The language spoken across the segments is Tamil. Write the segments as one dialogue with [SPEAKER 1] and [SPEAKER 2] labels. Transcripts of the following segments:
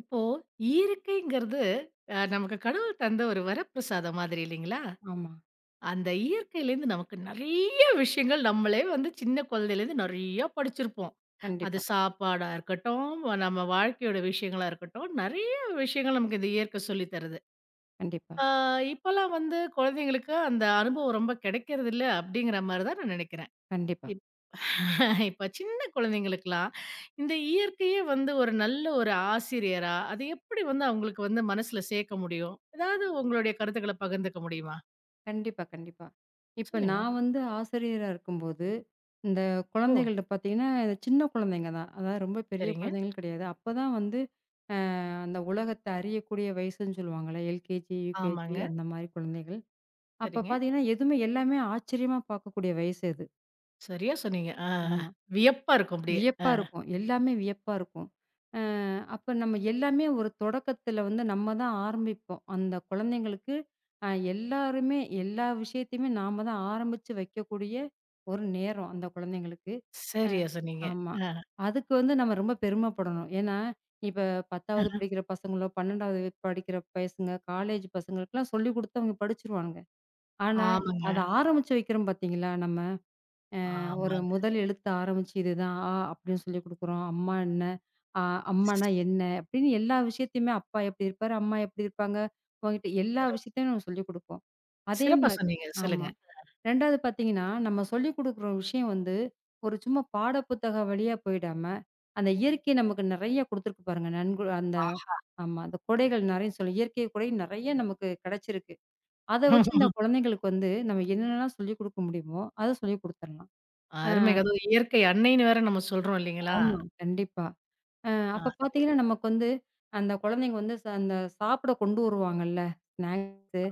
[SPEAKER 1] இப்போ இயற்கைங்கிறது நமக்கு கடவுள் தந்த ஒரு வரப்பிரசாதம் மாதிரி இல்லைங்களா?
[SPEAKER 2] ஆமா.
[SPEAKER 1] அந்த இயற்கையிலேருந்து நமக்கு நெறைய விஷயங்கள் நம்மளே வந்து சின்ன குழந்தையிலேருந்து நெறையா படிச்சிருப்போம். அது
[SPEAKER 2] கண்டிப்பா,
[SPEAKER 1] சாப்பாடா இருக்கட்டும், நம்ம வாழ்க்கையோட விஷயங்களா இருக்கட்டும், நெறைய விஷயங்கள் நமக்கு இந்த இயற்கை சொல்லி தருது.
[SPEAKER 2] கண்டிப்பா,
[SPEAKER 1] ஆ இப்பலாம் வந்து குழந்தைங்களுக்கு அந்த அனுபவம் ரொம்ப கிடைக்கிறதில்ல, அப்படிங்கிற மாரி தான் நான் நெனைக்கிறேன்.
[SPEAKER 2] கண்டிப்பா,
[SPEAKER 1] இப்ப சின்ன குழந்தைங்களுக்குலாம், இந்த இயற்கையே வந்து ஒரு நல்ல ஒரு ஆசிரியரா, அது எப்படி வந்து அவங்களுக்கு வந்து மனசுல சேர்க்க முடியும்? ஏதாவது உங்களுடைய கருத்துக்கள பகிர்ந்துக்க முடியுமா?
[SPEAKER 2] கண்டிப்பா, கண்டிப்பா. இப்ப
[SPEAKER 1] சொல்லுங்க.
[SPEAKER 2] நான் வந்து ஆசிரியரா இருக்கும்போது, இந்த
[SPEAKER 1] ஓ!
[SPEAKER 2] குழந்தைகள்ட்ட பார்த்தீங்கன்னா, இந்த சின்ன குழந்தைங்க தான். அதாவது ரொம்ப பெரிய
[SPEAKER 1] சரிங்க.
[SPEAKER 2] குழந்தைகள் கிடையாது. அப்பதான் வந்து அ அந்த உலகத்த அறியக்கூடிய வயசுன்னு சொல்லுவாங்கல்ல. எல்கேஜி, யுகேஜி
[SPEAKER 1] ஆமாங்க.
[SPEAKER 2] அந்த மாரி குழந்தைகள். அப்ப
[SPEAKER 1] சரிங்க.
[SPEAKER 2] பார்த்தீங்கன்னா, எதுவுமே எல்லாமே ஆச்சரியமா பார்க்கக்கூடிய வயசு அது.
[SPEAKER 1] சரியா சொன்னீங்க. ஆ.
[SPEAKER 2] ஆமா.
[SPEAKER 1] வியப்பா இருக்கும் அப்படியே. ஆ.
[SPEAKER 2] வியப்பா இருக்கும். எல்லாமே வியப்பா இருக்கும். அ அப்ப நம்ம எல்லாமே ஒரு தொடக்கத்துல வந்து நம்ம தான் ஆரம்பிப்போம். அந்த குழந்தைங்களுக்கு அ எல்லாருமே எல்லா விஷயத்தையுமே நாம தான் ஆரம்பிச்சு வைக்கக்கூடிய ஒரு நேரம் அந்த குழந்தைங்களுக்கு. அ.
[SPEAKER 1] சரியா சொன்னீங்க.
[SPEAKER 2] ஆமா.
[SPEAKER 1] ஆ.
[SPEAKER 2] அதுக்கு வந்து நம்ம ரொம்ப பெருமைப்படணும். ஏன்னா, இப்ப 10வது படிக்கிற பசங்களோ, 12வது படிக்கிற பசங்க, காலேஜ் பசங்களுக்கெல்லாம் சொல்லிக் குடுத்து அவங்க படிச்சுருவானுங்க. ஆனா,
[SPEAKER 1] ஆமாங்க.
[SPEAKER 2] அத ஆரம்பிச்சு வைக்கிறோம் பார்த்தீங்களா நம்ம? ஒரு
[SPEAKER 1] ஆமாங்க.
[SPEAKER 2] முதல் எழுத்து ஆரம்பிச்சு இதுதான் ஆ அப்படின்னு சொல்லிக் குடுக்குறோம். அம்மா என்ன? ஆ அம்மானா என்ன? அப்படின்னு எல்லா விஷயத்தையுமே அப்பா எப்படி இருப்பாரு? அம்மா எப்படி இருப்பாங்க? உன்கிட்ட எல்லா
[SPEAKER 1] சிறப்
[SPEAKER 2] விஷயத்தையும் நம்ம சொல்லிக் குடுப்போம். அதே
[SPEAKER 1] சிறப்பா
[SPEAKER 2] மாரி
[SPEAKER 1] சொன்னீங்க.
[SPEAKER 2] ஆமா.
[SPEAKER 1] சொல்லுங்க.
[SPEAKER 2] 2வது பார்த்தீங்கன்னா, நம்ம சொல்லிக் குடுக்குற விஷயம் வந்து ஒரு சும்மா பாட புத்தக வழியா போயிடாம, அந்த இயற்கை நமக்கு நெறைய குடுத்துருக்கு பாருங்க. நன்கு அந்த
[SPEAKER 1] ஆ.
[SPEAKER 2] ஆமா. அந்த கொடைகள் நெறைய சொல்லி இயற்கை கொடை நெறைய நமக்கு கெடைச்சிருக்கு. அத வச்சு இந்த குழந்தைங்களுக்கு வந்து நம்ம என்னென்னலாம் சொல்லிக் குடுக்க முடியுமோ, அத சொல்லிக் குடுத்துரலாம்.
[SPEAKER 1] அருமைங்க. அதுவும் இயற்கை அன்னைன்னு வேற நம்ம சொல்றோம் இல்லைங்களா?
[SPEAKER 2] ஆமா. கண்டிப்பா. அ
[SPEAKER 1] ஆ
[SPEAKER 2] அப்ப
[SPEAKER 1] சொல்லுங்க.
[SPEAKER 2] பார்த்தீங்கன்னா, நமக்கு வந்து அந்த குழந்தைங்க வந்து அந்த சாப்பிட கொண்டு வருவாங்கல்ல, ஸ்நாக்ஸு.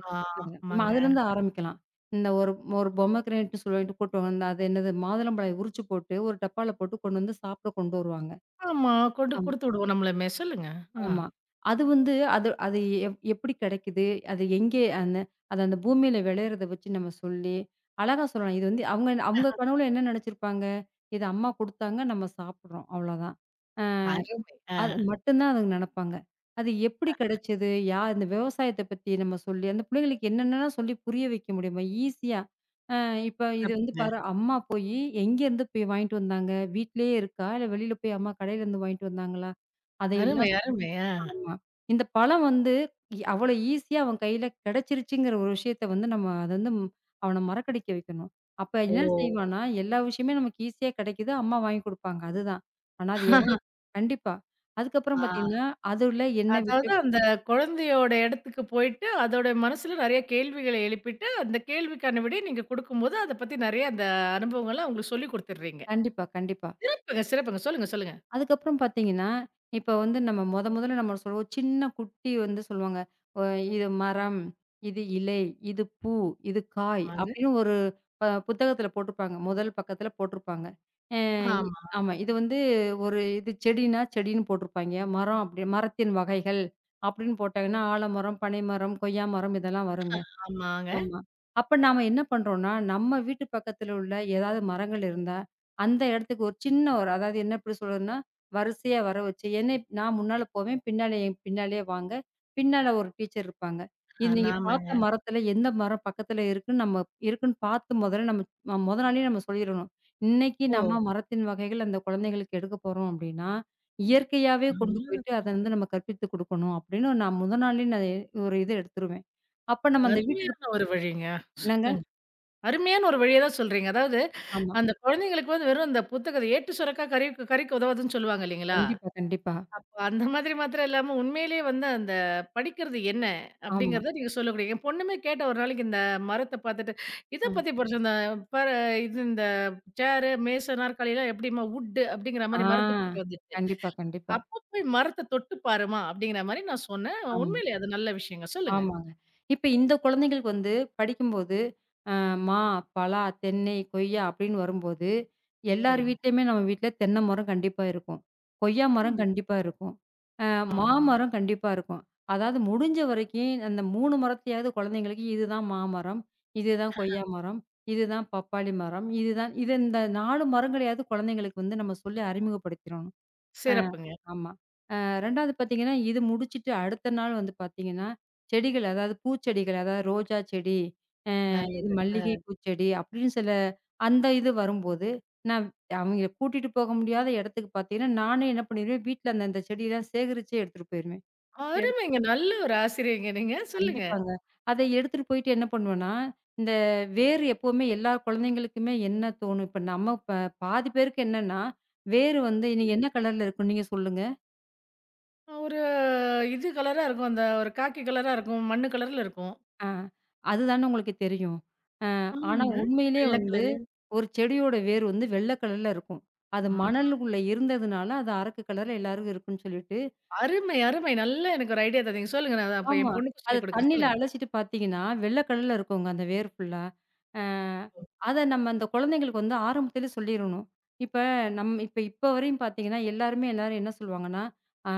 [SPEAKER 2] நம்ம
[SPEAKER 1] ஆமாங்க.
[SPEAKER 2] அதுலேருந்து ஆரம்பிக்கலாம். இந்த ஒரு ஒரு பொம்மை கிரேட் சொல்லிட்டு கூட்டு வந்து அது என்னது மாதுளம்பழம் உரிச்சு போட்டு, ஒரு டப்பால போட்டு கொண்டு வந்து சாப்பிட கொண்டு வருவாங்க.
[SPEAKER 1] ஆமா. கொண்டு
[SPEAKER 2] ஆமா.
[SPEAKER 1] குடுத்து விடுவோம் நம்மளுமே. சொல்லுங்க. ஆ.
[SPEAKER 2] ஆமா. அது வந்து அது அது எப்படி கிடைக்குது? அது எங்கே அந்த அது அந்த பூமியில விளையிறத வச்சு நம்ம சொல்லி, அழகா சொல்லலாம். இது வந்து அவங்க அவங்க கனவுல என்ன நினைச்சிருப்பாங்க? இது அம்மா குடுத்தாங்க, நம்ம சாப்பிடுறோம். அவ்வளோதான்.
[SPEAKER 1] அருமை. ஆ.
[SPEAKER 2] அது மட்டும் தான் அதுங்க நினைப்பாங்க. அது எப்படி கிடைச்சது? இந்த விவசாயத்த பத்தி நம்ம சொல்லி, அந்த பிள்ளைங்களுக்கு என்னென்னலாம் சொல்லி புரிய வைக்க முடியுமா? ஈஸியா. அ இப்ப இது வந்து
[SPEAKER 1] சிறப்புங்க.
[SPEAKER 2] பாரு அம்மா போயி எங்கேருந்து போய் வாங்கிட்டு வந்தாங்க? வீட்லயே இருக்கா? இல்ல வெளியில போய் அம்மா கடையிலேருந்து வாங்கிட்டு வந்தாங்களா?
[SPEAKER 1] அருமை,
[SPEAKER 2] அதையெல்லாம்
[SPEAKER 1] அருமை. ஆ.
[SPEAKER 2] ஆமா. இந்த பழம் வந்து அவ்வளோ ஈஸியா அவன் கையில கிடைச்சிருச்சுங்கிற ஒரு விஷயத்த வந்து நம்ம அத வந்து அவன மறக்கடிக்க வைக்கணும். அப்ப என்ன
[SPEAKER 1] ஓ!
[SPEAKER 2] செய்வான்னா, எல்லா விஷயமே நமக்கு ஈஸியா கிடைக்குது. அம்மா வாங்கி குடுப்பாங்க. அதுதான். ஆனா அது எவ்வளோ கண்டிப்பா. அதுக்கப்புறம்
[SPEAKER 1] ஆ.
[SPEAKER 2] பார்த்தீங்கன்னா, அதுல என்ன விட்டு
[SPEAKER 1] அதாவது அந்த குழந்தையோட இடத்துக்கு போயிட்டு, அதோட மனசுல நெறைய கேள்விகள எழுப்பிட்டு, அந்த கேள்விக்கான விடைய நீங்க குடுக்கும்போது, அத பத்தி நெறைய அந்த அனுபவங்கள்லாம் அவங்களுக்கு சொல்லிக் குடுத்துடுறீங்க.
[SPEAKER 2] கண்டிப்பா, கண்டிப்பா.
[SPEAKER 1] சிறப்புங்க, சிறப்புங்க. சொல்லுங்க, சொல்லுங்க.
[SPEAKER 2] அதுக்கப்புறம் பார்த்தீங்கன்னா, இப்ப வந்து நம்ம மொதல்ல நம்ம சொல்லுவோம், சின்ன குட்டி வந்து சொல்லுவாங்க. அ இது மரம், இது இலை, இது பூ, இது காய்
[SPEAKER 1] ஆமாங்க.
[SPEAKER 2] அப்படின்னு ஒரு புத்தகத்தில போட்டிருப்பாங்க. முதல் பக்கத்தில போட்டிருப்பாங்க. அ இ
[SPEAKER 1] ஆமா,
[SPEAKER 2] ஆமா. இது வந்து ஒரு இது செடின்னா செடின்னு போட்டிருப்பாய்ங்க. மரம் அப்படி மரத்தின் வகைகள் அப்படின்னு போட்டாங்கன்னா, ஆலமரம், பனைமரம், கொய்யா மரம் இதெல்லாம் வருங்க.
[SPEAKER 1] ஆமாங்க.
[SPEAKER 2] ஆமா. அப்ப நாம என்ன பண்றோம்னா, நம்ம வீட்டு பக்கத்துல உள்ள ஏதாவது மரங்கள் இருந்தா, அந்த இடத்துக்கு ஒரு சின்ன ஒரு அதாவது என்ன எப்படி சொல்றதுன்னா, வரிசையா வர வச்சு என்னை நான் முன்னால போவேன். பின்னால என் பின்னாலயே வாங்க. பின்னால ஒரு டீச்சர் இருப்பாங்க. இது நீங்க
[SPEAKER 1] நாமங்க.
[SPEAKER 2] பார்த்த மரத்துல எந்த மரம் பக்கத்துல இருக்குன்னு நம்ம இருக்குன்னு பார்த்து முதல்ல நம்ம மொத நாளே நம்ம சொல்லிரணும். இன்னைக்கு
[SPEAKER 1] ஓ!
[SPEAKER 2] நம்ம மரத்தின் வகைகள் அந்த குழந்தைகளுக்கு எடுக்கப் போறோம் அப்படின்னா, இயற்கையாவே கொண்டு போயிட்டு
[SPEAKER 1] நல்லது.
[SPEAKER 2] அத வந்து நம்ம கற்பித்துக் குடுக்கணும் அப்படின்னு நான் முத நாளே ஒரு இது எடுத்துருவேன். அப்ப நம்ம அந்த வீட்டுக்கு
[SPEAKER 1] அருமையான ஒரு வழிங்க.
[SPEAKER 2] என்னங்க?
[SPEAKER 1] சொல்லுங்க. அருமையான ஒரு வழிய தான் சொல்றீங்க. அதாவது
[SPEAKER 2] ஆமா.
[SPEAKER 1] அந்த குழந்தைங்களுக்கு வந்து வெறும் அந்த புத்தகத்த ஏட்டு சுரக்கா கறிக்கு கறிக்கு உதவாதுன்னு சொல்லுவாங்க இல்லைங்களா?
[SPEAKER 2] கண்டிப்பா, கண்டிப்பா.
[SPEAKER 1] அப்ப அந்த மாதிரி மாத்திரம் இல்லாம, உண்மையிலேயே வந்து அந்த படிக்கிறது என்ன?
[SPEAKER 2] ஆமா.
[SPEAKER 1] அப்படிங்கிறத நீங்க சொல்லக்கூடிய என் பொண்ணுமே கேட்டா ஒரு நாளைக்கு இந்த மரத்த பாத்துட்டு, இத
[SPEAKER 2] அம்.
[SPEAKER 1] பத்தி படிச்சோம். பாரு இது இந்த சேரு, மேசை, நாற்காலிலாம் எப்படிம்மா வுட்டு அப்படிங்கிற
[SPEAKER 2] ஆ.
[SPEAKER 1] மாரி மரத்த பத்தி வந்துச்சு.
[SPEAKER 2] கண்டிப்பா, கண்டிப்பா.
[SPEAKER 1] அப்ப போய் மரத்த தொட்டு பாரும்மா அப்படிங்கிற மாரி நான் சொன்னேன்.
[SPEAKER 2] ஆமா.
[SPEAKER 1] உண்மையிலேயே அது நல்ல விஷயங்க. சொல்லுங்க.
[SPEAKER 2] ஆமாங்க. இப்ப இந்த குழந்தைங்களுக்கு வந்து படிக்கும்போது, அ மா, பலா, தென்னை, கொய்யா அப்படின்னு வரும்போது, எல்லார் ம்.
[SPEAKER 1] சரிங்க.
[SPEAKER 2] வீட்லயுமே நம்ம வீட்ல தென்னை மரம் கண்டிப்பா இருக்கும். கொய்யா மரம்
[SPEAKER 1] கண்டிப்பா.
[SPEAKER 2] கண்டிப்பா இருக்கும். அ
[SPEAKER 1] ஆமாங்க.
[SPEAKER 2] மாமரம் கண்டிப்பா இருக்கும். அதாவது முடிஞ்ச வரைக்கும் அந்த 3 மரத்தையாவது குழந்தைங்களுக்கு இதுதான் மாமரம், இதுதான் கொய்யா மரம், இதுதான் பப்பாளி மரம், இதுதான் இது இந்த 4 மரங்களையாவது குழந்தைங்களுக்கு வந்து நம்ம சொல்லி அறிமுகப்படுத்திறணும். அ
[SPEAKER 1] சிறப்புங்க.
[SPEAKER 2] ஆமா. 2வது பார்த்தீங்கன்னா, இது முடிச்சுட்டு அடுத்த நாள் வந்து பார்த்தீங்கன்னா, செடிகள் அதாவது பூச்செடிகள், அதாவது ரோஜா செடி, இது
[SPEAKER 1] நல்லது.
[SPEAKER 2] மல்லிகை பூச்செடி அப்படின்னு சில அந்த இது வரும்போது, நான் அவங்கள கூட்டிட்டு போக முடியாத இடத்துக்கு பார்த்தீங்கன்னா, நானே என்ன பண்ணிருவேன், வீட்ல அந்த அந்த செடியெல்லாம் சேகரிச்சு எடுத்துட்டு போயிருவேன். எடுத்
[SPEAKER 1] அருமைங்க. நல்ல ஒரு ஆசிரியைங்க நீங்க. சொல்லுங்க.
[SPEAKER 2] கண்டிப்பாங்க. அதை எடுத்துட்டு போயிட்டு என்ன பண்ணுவேன்னா, இந்த வேர் எப்பவுமே எல்லா குழந்தைங்களுக்குமே என்ன தோணும், இப்ப நம்ம பாதி பேருக்கு என்னன்னா, வேர் வந்து "இன்னைக்கு என்ன கலர்ல இருக்கும்? நீங்க சொல்லுங்க."
[SPEAKER 1] ஒரு இது கலரா இருக்கும். அந்த ஒரு காக்கி கலரா இருக்கும். மண்ணு கலர்ல இருக்கும்.
[SPEAKER 2] ஆ. அதுதானே உங்களுக்கு தெரியும். ஆனா
[SPEAKER 1] ஆமாங்க.
[SPEAKER 2] உண்மையிலே
[SPEAKER 1] வெள்ள
[SPEAKER 2] வந்து
[SPEAKER 1] கலரு.
[SPEAKER 2] ஒரு செடியோட வேர் வந்து வெள்ள கலர்ல இருக்கும். அது
[SPEAKER 1] ஆ
[SPEAKER 2] மணலுக்குள்ள இருந்ததுனால அது அரக்கு கலர்ல எல்லாருக்கும் இருக்குன்னு சொல்லிட்டு,
[SPEAKER 1] அருமை, அருமை. நல்லா எனக்கு ஒரு ஐடியா தந்தீங்க. சொல்லுங்க. நான் அத அப்ப
[SPEAKER 2] ஆமா.
[SPEAKER 1] என் பொண்ணுக்கும்
[SPEAKER 2] அத
[SPEAKER 1] சொல்லிக் குடுக்குறேன்.
[SPEAKER 2] தண்ணீல
[SPEAKER 1] சொல்லுங்க,
[SPEAKER 2] அலசிட்டு பார்த்தீங்கன்னா, வெள்ள கலர்ல இருக்குங்க அந்த வேர் ஃபுல்லா. அ அத நம்ம அந்த குழந்தைங்களுக்கு வந்து ஆரம்பத்திலே சொல்லிரணும். இப்ப நம் இப்ப இப்ப வரையும் பார்த்தீங்கன்னா, எல்லாருமே எல்லாரும் என்ன சொல்லுவாங்கன்னா, அ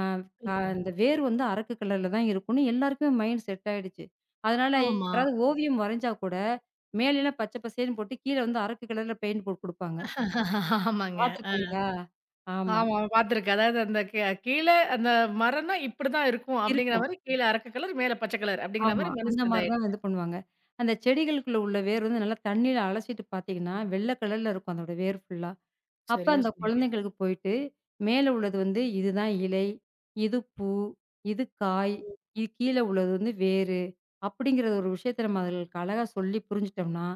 [SPEAKER 2] க
[SPEAKER 1] சொல்லுங்க.
[SPEAKER 2] இந்த வேர் வந்து அரக்கு கலர்ல தான் இருக்கும்னு எல்லாருக்குமே மைண்ட் செட் ஆயிடுச்சு. அதனால
[SPEAKER 1] ஆமா.
[SPEAKER 2] யாராவது ஓவியம் வரைஞ்சா கூட, மேலலாம் பச்சை பசேல்ன்னு போட்டு, கீழ வந்து அரக்கு கலர்ல பெயிண்ட் போட்டு குடுப்பாங்க.
[SPEAKER 1] ஆமாங்க. ஆ.
[SPEAKER 2] பார்த்துருக்கீங்களா? ஆமா.
[SPEAKER 1] ஆமா பார்த்துருக்கேன். அதாவது அந்த கீழ அந்த மரம்னா இப்படிதான் இருக்கும் அப்படிங்கிற
[SPEAKER 2] இருக்கும்.
[SPEAKER 1] மாரி கீழ அரக்கு கலர், மேல பச்சை கலர் அப்படிங்கிற
[SPEAKER 2] ஆமா.
[SPEAKER 1] மாரி
[SPEAKER 2] அந்த
[SPEAKER 1] மனசுல
[SPEAKER 2] மாரி
[SPEAKER 1] இதாயிரும்.
[SPEAKER 2] தான் இது பண்ணுவாங்க. அந்த செடிகளுக்குள்ள உள்ள வேர் வந்து நல்லா தண்ணீல அலசிட்டு பார்த்தீங்கன்னா, வெள்ள கலர்ல இருக்கும் அதோட வேர் ஃபுல்லா. அப்ப
[SPEAKER 1] சரியா
[SPEAKER 2] அந்த
[SPEAKER 1] சொன்னீங்க.
[SPEAKER 2] குழந்தைங்களுக்கு போயிட்டு, மேல உள்ளது வந்து இதுதான் இலை, இது பூ, இது காய்,
[SPEAKER 1] ஓ!
[SPEAKER 2] இது கீழ உள்ளது வந்து வேரு. அப்படிங்கிற ஒரு விஷயத்த நம்ம அதுகளுக்கு அழகா சொல்லி புரிஞ்சுட்டோம்னா,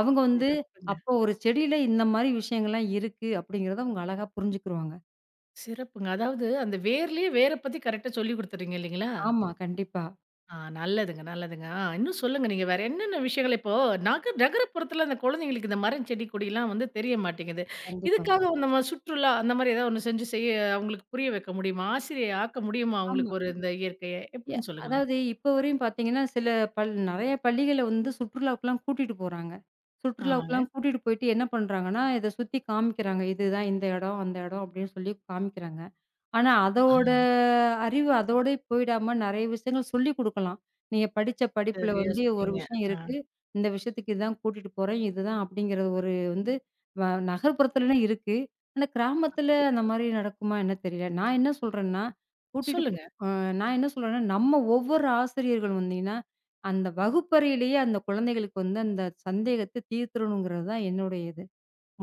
[SPEAKER 2] அவங்க வந்து
[SPEAKER 1] சிறப்புங்க,
[SPEAKER 2] அப்போ ஒரு செடியில இந்த மாரி விஷயங்கள்லாம் இருக்கு அப்படிங்கிறத அவங்க அழகா புரிஞ்சுக்குருவாங்க.
[SPEAKER 1] சிறப்புங்க. அதாவது அந்த வேர்லயே வேர பத்தி கரெக்ட்டா சொல்லிக் குடுத்துர்றீங்க இல்லைங்களா?
[SPEAKER 2] ஆமா. கண்டிப்பா,
[SPEAKER 1] நல்லதுங்க, நல்லதுங்க. இன்னும் சொல்லுங்க. நீங்க வேற என்னென்ன விஷயங்கள் இப்போ நகரப்புறத்துல அந்த குழந்தைங்களுக்கு இந்த மரம், செடி, கொடிலாம் வந்து தெரிய மாட்டேங்குது.
[SPEAKER 2] கண்டிப்பா.
[SPEAKER 1] இதுக்காக நம்ம சுற்றுலா அந்த மாரி ஏதாவது ஒண்ணு செய்ய அவங்களுக்கு புரிய வைக்க முடியுமா? ஆசிரியை ஆக்க முடியுமா
[SPEAKER 2] ஆமா.
[SPEAKER 1] அவங்களுக்கு ஒரு இந்த இயற்கைய?
[SPEAKER 2] ய
[SPEAKER 1] எப்படின்னு சொல்லுங்களேன்.
[SPEAKER 2] அதாவது இப்ப வரையும் பார்த்தீங்கன்னா, சில நெறைய பள்ளிகள வந்து சுற்றுலாவுக்குலாம் கூட்டிட்டு போறாங்க.
[SPEAKER 1] ஆமாங்க.
[SPEAKER 2] சுற்றுலாவுக்குலாம் கூட்டிட்டு போயிட்டு என்ன பண்றாங்கன்னா, இத சுத்தி காமிக்கிறாங்க. இதுதான் இந்த இடம், அந்த இடம் அப்படின்னு சொல்லி காமிக்கிறாங்க. ஆனா, அதோட
[SPEAKER 1] ஆ.
[SPEAKER 2] அறிவு அதோடயே போயிடாம நெறைய விஷயங்கள் சொல்லிக் குடுக்கலாம். நீங்க படிச்ச படிப்புல
[SPEAKER 1] சரியா
[SPEAKER 2] வந்து ஒரு
[SPEAKER 1] சொன்னீங்க.
[SPEAKER 2] விஷயம்
[SPEAKER 1] ஆ
[SPEAKER 2] இருக்கு. இந்த விஷயத்துக்கு இதான் கூட்டிட்டு போறேன். இதுதான் அப்படிங்கிற ஒரு வந்து வ நகர்ப்புறத்துலலாம் இருக்கு. ஆனா, கிராமத்துல
[SPEAKER 1] ஆமா.
[SPEAKER 2] அந்த மாரி நடக்குமா என்ன தெரியல. நான் என்ன சொல்றேன்னா, கூட்டிட்டு போ
[SPEAKER 1] சொல்லுங்க.
[SPEAKER 2] அ நான் என்ன சொல்றேன்னா, நம்ம ஒவ்வொரு ஆசிரியர்கள் வந்தீங்கன்னா, அந்த வகுப்பறையிலேயே அந்த குழந்தைகளுக்கு வந்து அந்த சந்தேகத்த தீர்த்துறணுங்கிறது தான் என்னுடைய இது.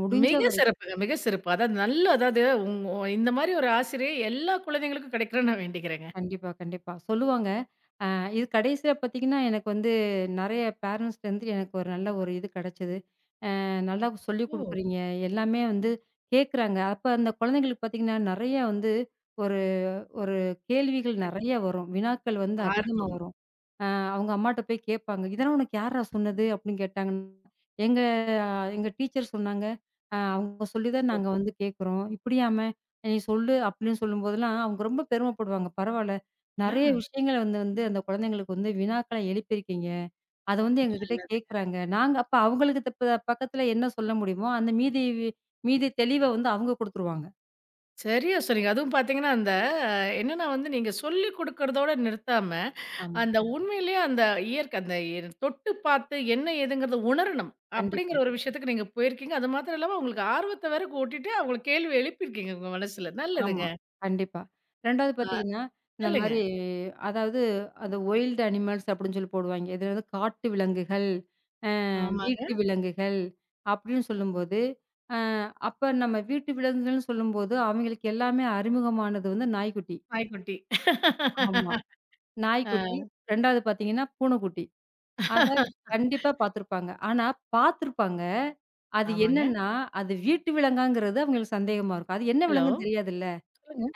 [SPEAKER 2] முடிஞ்ச
[SPEAKER 1] மிக
[SPEAKER 2] வரை
[SPEAKER 1] சிறப்புங்க, மிக சிறப்பு. அதாவது நல்ல அதாவது உங்க இந்த மாரி ஒரு ஆசிரியை எல்லா குழந்தைங்களுக்கும் கிடைக்கணும்னு நான் வேண்டிக்கிறேங்க.
[SPEAKER 2] கண்டிப்பா, கண்டிப்பா. சொல்லுவாங்க. அ இது கடைசியா பார்த்தீங்கன்னா, எனக்கு வந்து நெறைய பேரண்ட்ஸ்லேருந்து எனக்கு ஒரு நல்ல ஒரு இது கெடைச்சது. அ நல்லா சொல்லிக்
[SPEAKER 1] ஓ!
[SPEAKER 2] குடுக்குறீங்க. எல்லாமே வந்து கேட்குறாங்க. அப்ப அந்த குழந்தைங்களுக்கு பார்த்தீங்கன்னா, நெறைய வந்து ஒரு ஒரு கேள்விகள் நெறைய வரும். வினாக்கள் வந்து அதிகமா
[SPEAKER 1] ஆர்வம்.
[SPEAKER 2] வரும். அவங்க அம்மாட்ட போய் கேட்பாங்க. "இதெல்லாம் உனக்கு யார்றா சொன்னது?" அப்படின்னு கேட்டாங்கன்னா, "எங்க எங்க டீச்சர் சொன்னாங்க. அவங்க சொல்லி தான்
[SPEAKER 1] ஓ!
[SPEAKER 2] நாங்க வந்து கேட்குறோம்." "இப்படியாமே நீ சொல்லு." அப்படின்னு சொல்லும்போதெல்லாம் அவங்க ரொம்ப பெருமைப்படுவாங்க. "பரவால்ல. நெறைய
[SPEAKER 1] நல்லது.
[SPEAKER 2] விஷயங்கள வந்து வந்து அந்த குழந்தைங்களுக்கு வந்து வினாக்கள எழுப்பியிருக்கீங்க. அத வந்து எங்ககிட்ட கேட்குறாங்க." நாங்க அப்ப அவங்களுக்கு த ப பக்கத்துல என்ன சொல்ல முடியுமோ, அந்த மீதி தெளிவ வந்து அவங்க குடுத்துருவாங்க.
[SPEAKER 1] சரியா சொன்னீங்க. அதுவும் பார்த்தீங்கன்னா, அந்த என்னன்னா வந்து நீங்க சொல்லிக் குடுக்கிறதோட நிறுத்தாம,
[SPEAKER 2] ஆமா.
[SPEAKER 1] அந்த உண்மையிலேயே அந்த இயற்கை அந்த தொட்டு பார்த்து என்ன ஏதுங்கிறத உணரணும்.
[SPEAKER 2] கண்டிப்பா.
[SPEAKER 1] அப்படிங்கிற ஒரு விஷயத்துக்கு நீங்க போயிருக்கீங்க. அது மாத்திரம் இல்லாம உங்களுக்கு ஆர்வத்த வேற கூட்டிட்டு அவங்களுக்கு கேள்வி எழுப்பியிருக்கீங்க உங்க மனசுல.
[SPEAKER 2] ஆமா.
[SPEAKER 1] நல்லதுங்க.
[SPEAKER 2] கண்டிப்பா. 2வது பார்த்தீங்கன்னா, இந்த
[SPEAKER 1] சொல்லுங்க.
[SPEAKER 2] மாரி அதாவது அந்த வைல்ட் அனிமல்ஸ் அப்படின்னு சொல்லி போடுவாய்ங்க. இது வந்து காட்டு விலங்குகள்,
[SPEAKER 1] ஆமாங்க.
[SPEAKER 2] வீட்டு விலங்குகள் அப்படின்னு சொல்லும்போது, அ அப்ப நம்ம வீட்டு விலங்குகள்னு சொல்லும்போது, அவங்களுக்கு எல்லாமே அறிமுகமானது வந்து நாய்க்குட்டி.
[SPEAKER 1] நாய்க்குட்டி.
[SPEAKER 2] ஆமா.
[SPEAKER 1] ஆ.
[SPEAKER 2] நாய்க்குட்டி, 2வது பார்த்தீங்கன்னா பூனைக்குட்டி. அத கண்டிப்பா பார்த்துருப்பாங்க. ஆனா பார்த்துருப்பாங்க. அது
[SPEAKER 1] ஆமாங்க.
[SPEAKER 2] என்னன்னா, அது வீட்டு விலங்காங்கிறது அவங்களுக்கு சந்தேகமா இருக்கும். அது என்ன
[SPEAKER 1] ஹலோ.
[SPEAKER 2] விலங்குன்னு தெரியாதுல்ல.
[SPEAKER 1] சொல்லுங்க.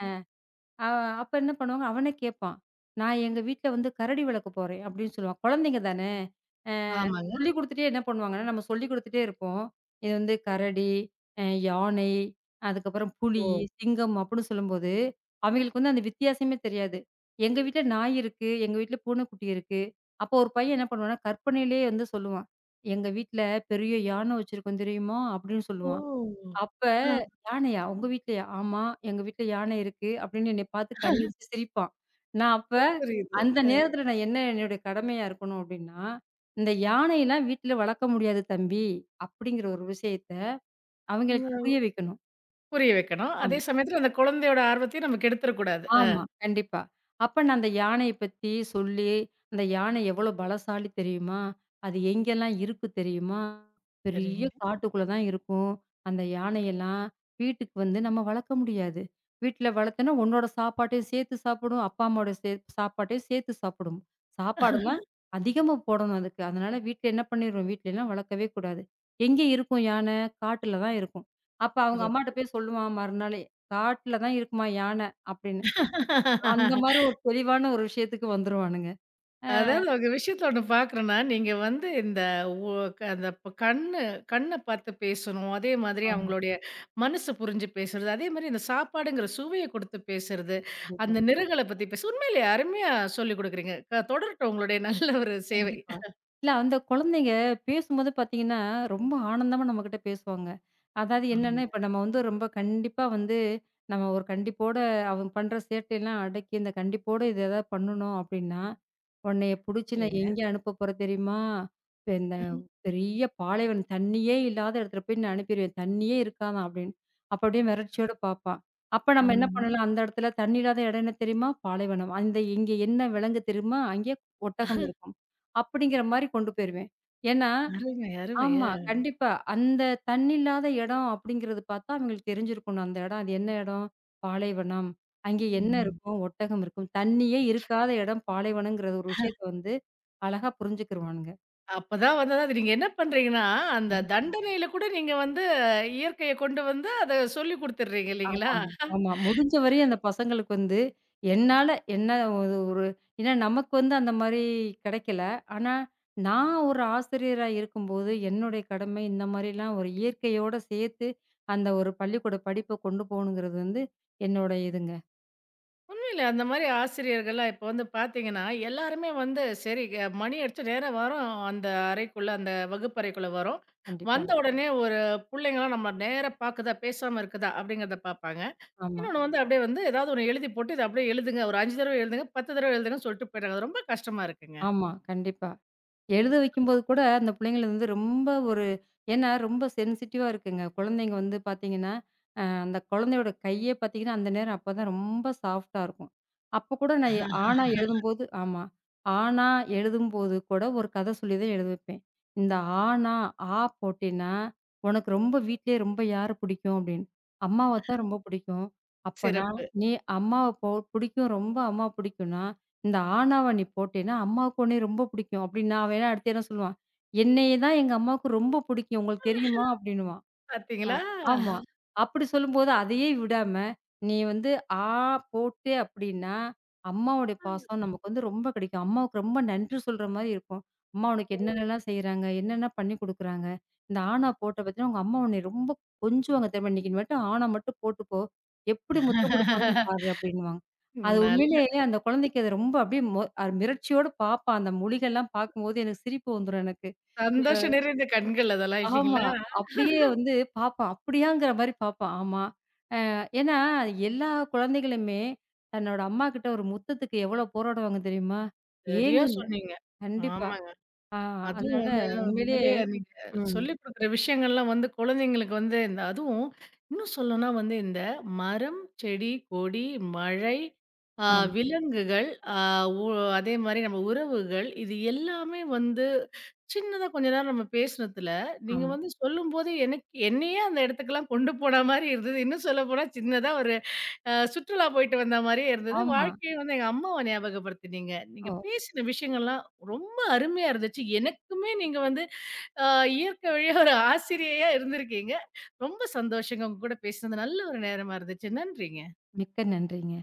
[SPEAKER 2] அ அப்ப என்ன பண்ணுவாங்க, அவனே கேட்பான். நான் எங்க வீட்ல வந்து கரடி வளர்க்க போறேன் அப்படின்னு சொல்லுவான். குழந்தைங்க தானே. அ
[SPEAKER 1] ஆமாங்க.
[SPEAKER 2] சொல்லிக் குடுத்துட்டே என்ன பண்ணுவாங்கன்னா, நம்ம சொல்லிக் குடுத்துட்டே இருப்போம். இது வந்து கரடி, யானை, அதுக்கப்புறம் புலி,
[SPEAKER 1] ஓ!
[SPEAKER 2] சிங்கம் அப்படின்னு சொல்லும்போது, அவைங்களுக்கு வந்து அந்த வித்தியாசமே தெரியாது. எங்க வீட்ல நாய் இருக்கு, எங்க வீட்ல பூனைக்குட்டி இருக்கு. அப்போ ஒரு பையன் என்ன பண்ணுவான்னா, கற்பனையிலேயே வந்து சொல்லுவான். எங்க வீட்ல பெரிய யானை வச்சிருக்கோம் தெரியுமா? அப்படின்னு சொல்லுவான்.
[SPEAKER 1] ஓ!
[SPEAKER 2] அப்ப
[SPEAKER 1] ஆ
[SPEAKER 2] "யானையா? உங்க வீட்லயா?" "ஆமா, எங்க வீட்ல யானை இருக்கு." அப்படின்னு என்னைய பார்த்து கண்ணடிச்சு சிரிப்பான். நான் அப்ப
[SPEAKER 1] புரியுது.
[SPEAKER 2] அந்த
[SPEAKER 1] அ
[SPEAKER 2] நேரத்துல நான் என்ன என்னுடைய கடமையா இருக்கணும் அப்படின்னா, "இந்த யானையெல்லாம் வீட்ல வளர்க்க முடியாது தம்பி." அப்படிங்கிற ஒரு விஷயத்த அவங்களுக்கு புரிய வைக்கணும்.
[SPEAKER 1] புரிய வைக்கணும்.
[SPEAKER 2] ஆமா.
[SPEAKER 1] அதே சமயத்துல அந்த குழந்தையோட ஆர்வத்தையும் நம்ம கெடுத்துறக்கூடாது.
[SPEAKER 2] ஆமா, கண்டிப்பா. அப்ப நான் அந்த யானைய பத்தி சொல்லி, அந்த யானை எவ்வளோ பலசாலி தெரியுமா? அது எங்கெல்லாம் இருக்கு தெரியுமா? பெரிய
[SPEAKER 1] சரிங்க.
[SPEAKER 2] காட்டுக்குள்ள தான் இருக்கும். அந்த யானையெல்லாம் வீட்டுக்கு வந்து நம்ம வளர்க்க முடியாது. வீட்ல வளர்த்தோன்னா, உன்னோட சாப்பாட்டையும் சேர்த்து சாப்பிடும். அப்பா, அம்மாவோட சாப்பாட்டையும் சேர்த்து சாப்பிடும். சாப்பாடெல்லாம் அதிகமா போடணும் அதுக்கு. அதனால வீட்ல என்ன பண்ணிருவோம், வீட்லலாம் வளர்க்கவே கூடாது. எங்கே இருக்கும் யானை? காட்டுல தான் இருக்கும். அப்ப அவங்க அம்மாட்ட
[SPEAKER 1] சிறப்பு.
[SPEAKER 2] போய் சொல்லுவான் மறுநாளே, "காட்டுல தான் இருக்குமா யானை" அப்படின்னு. அந்த மாரி ஒரு தெளிவான ஒரு விஷயத்துக்கு வந்துருவானுங்க. அ
[SPEAKER 1] அதாவது ஒரு விஷயத்துல ஒண்ணு பார்க்குறேன்னா, நீங்க வந்து இந்த ஒ க அந்த ப் கண்ணு கண்ண பார்த்து பேசணும். அதே மாதிரி
[SPEAKER 2] ஆமா.
[SPEAKER 1] அவங்களுடைய மனசு புரிஞ்சு பேசுறது. அதே மாரி இந்த சாப்பாடுங்கிற சுவைய குடுத்து பேசுறது.
[SPEAKER 2] கண்டிப்பா.
[SPEAKER 1] அந்த நிறங்கள பத்தி பேச உண்மையிலேயே அருமையா சொல்லிக் குடுக்குறீங்க. தொடரட்டும் உங்களுடைய நல்ல ஒரு சேவை.
[SPEAKER 2] கண்டிப்பா. இல்ல அந்த குழந்தைங்க பேசும்போது பார்த்தீங்கன்னா, ரொம்ப ஆனந்தமா நம்மகிட்ட பேசுவாங்க. அதாவது
[SPEAKER 1] ஆமா.
[SPEAKER 2] என்னன்னா, இப்ப நம்ம வந்து ரொம்ப கண்டிப்பா வந்து நம்ம ஒரு கண்டிப்போட அவங்க பண்ற சேட்டையெல்லாம் அடக்கி, இந்த கண்டிப்போட இது ஏதாவது பண்ணணும் அப்டின்னா, "உன்னைய புடிச்சு நான்
[SPEAKER 1] சொல்லுங்க.
[SPEAKER 2] எங்கே அனுப்ப போறேன் தெரியுமா? இப்ப இந்த
[SPEAKER 1] ம்.
[SPEAKER 2] பெரிய பாலைவனம் தண்ணியே இல்லாத இடத்துல போய் நான் அனுப்பிருவேன். தண்ணியே இருக்காதாம்" அப்டின்னு. அப்ப அப்டியே மிரட்சியோட பார்ப்பான். அப்ப நம்ம என்ன
[SPEAKER 1] ஆமாங்க.
[SPEAKER 2] பண்ணலாம், அந்த இடத்துல தண்ணி இல்லாத இடம் என்ன தெரியுமா? பாலைவனம். அந்த இங்க என்ன விலங்கு தெரியுமா? அங்கே ஒட்டகம் இருக்கும். அப்படிங்கிற மாரி கொண்டு போயிருவேன். ஏன்னா
[SPEAKER 1] அருமை, அருமை.
[SPEAKER 2] ஆமா.
[SPEAKER 1] ஆ.
[SPEAKER 2] கண்டிப்பா. அந்த தண்ணி இல்லாத இடம் அப்படிங்கிறது பார்த்தா, அவங்களுக்கு தெரிஞ்சிருக்கணும். அந்த இடம் அது என்ன இடம்? பாலைவனம். அங்கே என்ன
[SPEAKER 1] ம்.
[SPEAKER 2] இருக்கும்? ஒட்டகம் இருக்கும். தண்ணியே இருக்காத இடம் பாலைவனங்கிற ஒரு விஷயத்த வந்து அழகா புரிஞ்சுக்கிருவானுங்க.
[SPEAKER 1] அப்பதான் வந்து அது நீங்க என்ன பண்றீங்கன்னா, அந்த தண்டனையில கூட நீங்க வந்து இயற்கைய கொண்டு வந்து அத சொல்லிக் குடுத்துடுறீங்க இல்லைங்களா?
[SPEAKER 2] ஆமாங்க. ஆமா. முடிஞ்ச வரையும் அந்த பசங்களுக்கு வந்து, என்னால என்ன ஒரு ஒரு ஏன்னா நமக்கு வந்து அந்த மாரி கிடைக்கல. ஆனா, நான் ஒரு ஆசிரியரா இருக்கும்போது, என்னுடைய கடமை இந்த மாரிலாம் ஒரு இயற்கையோட சேர்த்து, அந்த ஒரு பள்ளிக்கூட படிப்ப கொண்டு போகணுங்கிறது வந்து, என்னோட இதுங்க.
[SPEAKER 1] உண்மையில அந்த மாரி ஆசிரியர்கள்லாம் இப்ப வந்து பார்த்தீங்கன்னா, எல்லாருமே வந்து சரி மணி அடிச்சா நேரா வரோம். அந்த அறைக்குள்ள, அந்த வகுப்பறைக்குள்ள வரோம்.
[SPEAKER 2] கண்டிப்பா.
[SPEAKER 1] வந்த உடனே ஒரு புள்ளைங்கலாம் நம்ம நேரா பாக்குதா, பேசாம இருக்குதா அப்படிங்கிறத பார்ப்பாங்க.
[SPEAKER 2] ஆமா.
[SPEAKER 1] இன்னொன்னு வந்து அப்படியே வந்து ஏதாவது ஒண்ணு எழுதி போட்டு, இத அப்படியே எழுதுங்க. ஒரு 5 தடவ எழுதுங்க, 10 தடவ எழுதுங்கன்னு சொல்லிட்டு போயிடுறாங்க. அது ரொம்ப கஷ்டமா இருக்குங்க.
[SPEAKER 2] ஆமா. கண்டிப்பா. எழுத வைக்கும்போது கூட, அந்த பிள்ளைங்கள வந்து ரொம்ப ஒரு ஏன்னா ரொம்ப சென்சிட்டிவா இருக்குங்க. குழந்தைங்க வந்து பார்த்தீங்கன்னா, அந்த குழந்தையோட கையே பார்த்தீங்கன்னா, அந்த நேரம் அப்பதான் ரொம்ப சாஃப்ட்டா இருக்கும். அப்ப கூட நான் ஆனா எழுதும்போது ஆமா. ஆனா எழுதும்போது கூட ஒரு கதை சொல்லி தான் எழுத வைப்பேன். இந்த ஆனா, ஆ போட்டீன்னா, உனக்கு ரொம்ப வீட்லயே ரொம்ப யார பிடிக்கும் அப்படின்னு. அம்மாவ தான் ரொம்ப பிடிக்கும். அப்பன்னா,
[SPEAKER 1] சிறப்பு.
[SPEAKER 2] நீ அம்மாவ பிடிக்கும் ரொம்ப அம்மாவ பிடிக்கும்னா, இந்த ஆனாவ நீ போட்டேன்னா, அம்மாவுக்கு உன்னைய ரொம்ப பிடிக்கும் அப்படின்னு நான் வேணா அடுத்து என்ன சொல்லுவான், என்னைய தான் எங்க அம்மாவுக்கு ரொம்ப பிடிக்கும் உங்களுக்கு தெரியுமா? அப்படின்னுவான். ஆ,
[SPEAKER 1] பார்த்தீங்களா?
[SPEAKER 2] ஆமா. அப்படி சொல்லும்போது, அதையே விடாம, நீ வந்து ஆ போட்டே அப்படின்னா, அம்மாவுடைய பாசம் நமக்கு வந்து ரொம்ப கிடைக்கும். அம்மாவுக்கு ரொம்ப நன்றி சொல்ற மாரி இருக்கும். அம்மா உனக்கு
[SPEAKER 1] ஓ!
[SPEAKER 2] என்னென்னலாம் செய்றாங்க, என்னென்ன பண்ணி குடுக்குறாங்க. இந்த ஆனா போட்ட பார்த்தீங்கன்னா, உங்க அம்மா உன்னை ரொம்ப கொஞ்சுவாங்க தெரியுமா? இன்னைக்கு நீ மட்டும் ஆனா மட்டும் போட்டுக்கோ. எப்படி முத்தம் குடுப்பாங்கன்னு பாரு அப்படின்னுவாங்க. அது
[SPEAKER 1] நல்ல
[SPEAKER 2] உண்மையிலே அந்த குழந்தைக்கு அது ரொம்ப அப்படியே மொ அ மிரட்சியோட பார்ப்பான். அந்த மொழிகள்லாம் பார்க்கும்போது எனக்கு சிரிப்பு வந்துரும் எனக்கு.
[SPEAKER 1] சந்தோஷம் நிறைந்த கண்கள் அதெல்லாம்
[SPEAKER 2] ஆமா.
[SPEAKER 1] இல்லைங்களா?
[SPEAKER 2] அப்படியே வந்து பாப்பான். அப்படியாங்கிற மாரி பாப்பான். ஆமா. ஏன்னா எல்லா குழந்தைகளுமே தன்னோட அம்மாகிட்ட ஒரு முத்தத்துக்கு எவ்வளோ போராடுவாங்க தெரியுமா?
[SPEAKER 1] சரியா
[SPEAKER 2] ஏங்குங்க.
[SPEAKER 1] சொன்னீங்க.
[SPEAKER 2] கண்டிப்பா.
[SPEAKER 1] ஆமா.
[SPEAKER 2] ஆ
[SPEAKER 1] அதுவும்
[SPEAKER 2] அதனால
[SPEAKER 1] வந்து
[SPEAKER 2] உண்மையிலேயே
[SPEAKER 1] உண்மையிலே நீங்க
[SPEAKER 2] ம்.
[SPEAKER 1] சொல்லிக் குடுக்குற விஷயங்கள்லாம் வந்து குழந்தைங்களுக்கு வந்து இந்த அதுவும் இன்னும் சொல்லணும்னா வந்து இந்த மரம், செடி, கொடி, மழை, ஆ
[SPEAKER 2] ஆமா,
[SPEAKER 1] விலங்குகள், ஆ உ அதே மாரி நம்ம உறவுகள் இது எல்லாமே வந்து சின்னதா கொஞ்ச நேரம் நம்ம பேசுனதுல, நீங்க
[SPEAKER 2] ஆமா,
[SPEAKER 1] வந்து சொல்லும்போதே எனக்கு என்னையே அந்த இடத்துக்கெல்லாம் கொண்டு போன மாரி இருந்தது. இன்னும் சொல்லப்போனா சின்னதா ஒரு சுற்றுலா போயிட்டு வந்த மாரியே இருந்தது.
[SPEAKER 2] ஆமா.
[SPEAKER 1] வாழ்க்கைய வந்து எங்க அம்மாவ ஞாபகப்படுத்தினீங்க.
[SPEAKER 2] ஓ!
[SPEAKER 1] நீங்க பேசின விஷயங்கள்லாம் ரொம்ப அருமையா இருந்துச்சு. எனக்குமே நீங்க வந்து அ இயற்கை வழியா ஒரு ஆசிரியையா இருந்திருக்கீங்க. ரொம்ப சந்தோஷங்க. உங்க கூட பேசினது நல்ல ஒரு நேரமா இருந்துச்சு. நன்றிங்க.
[SPEAKER 2] மிக்க நன்றிங்க.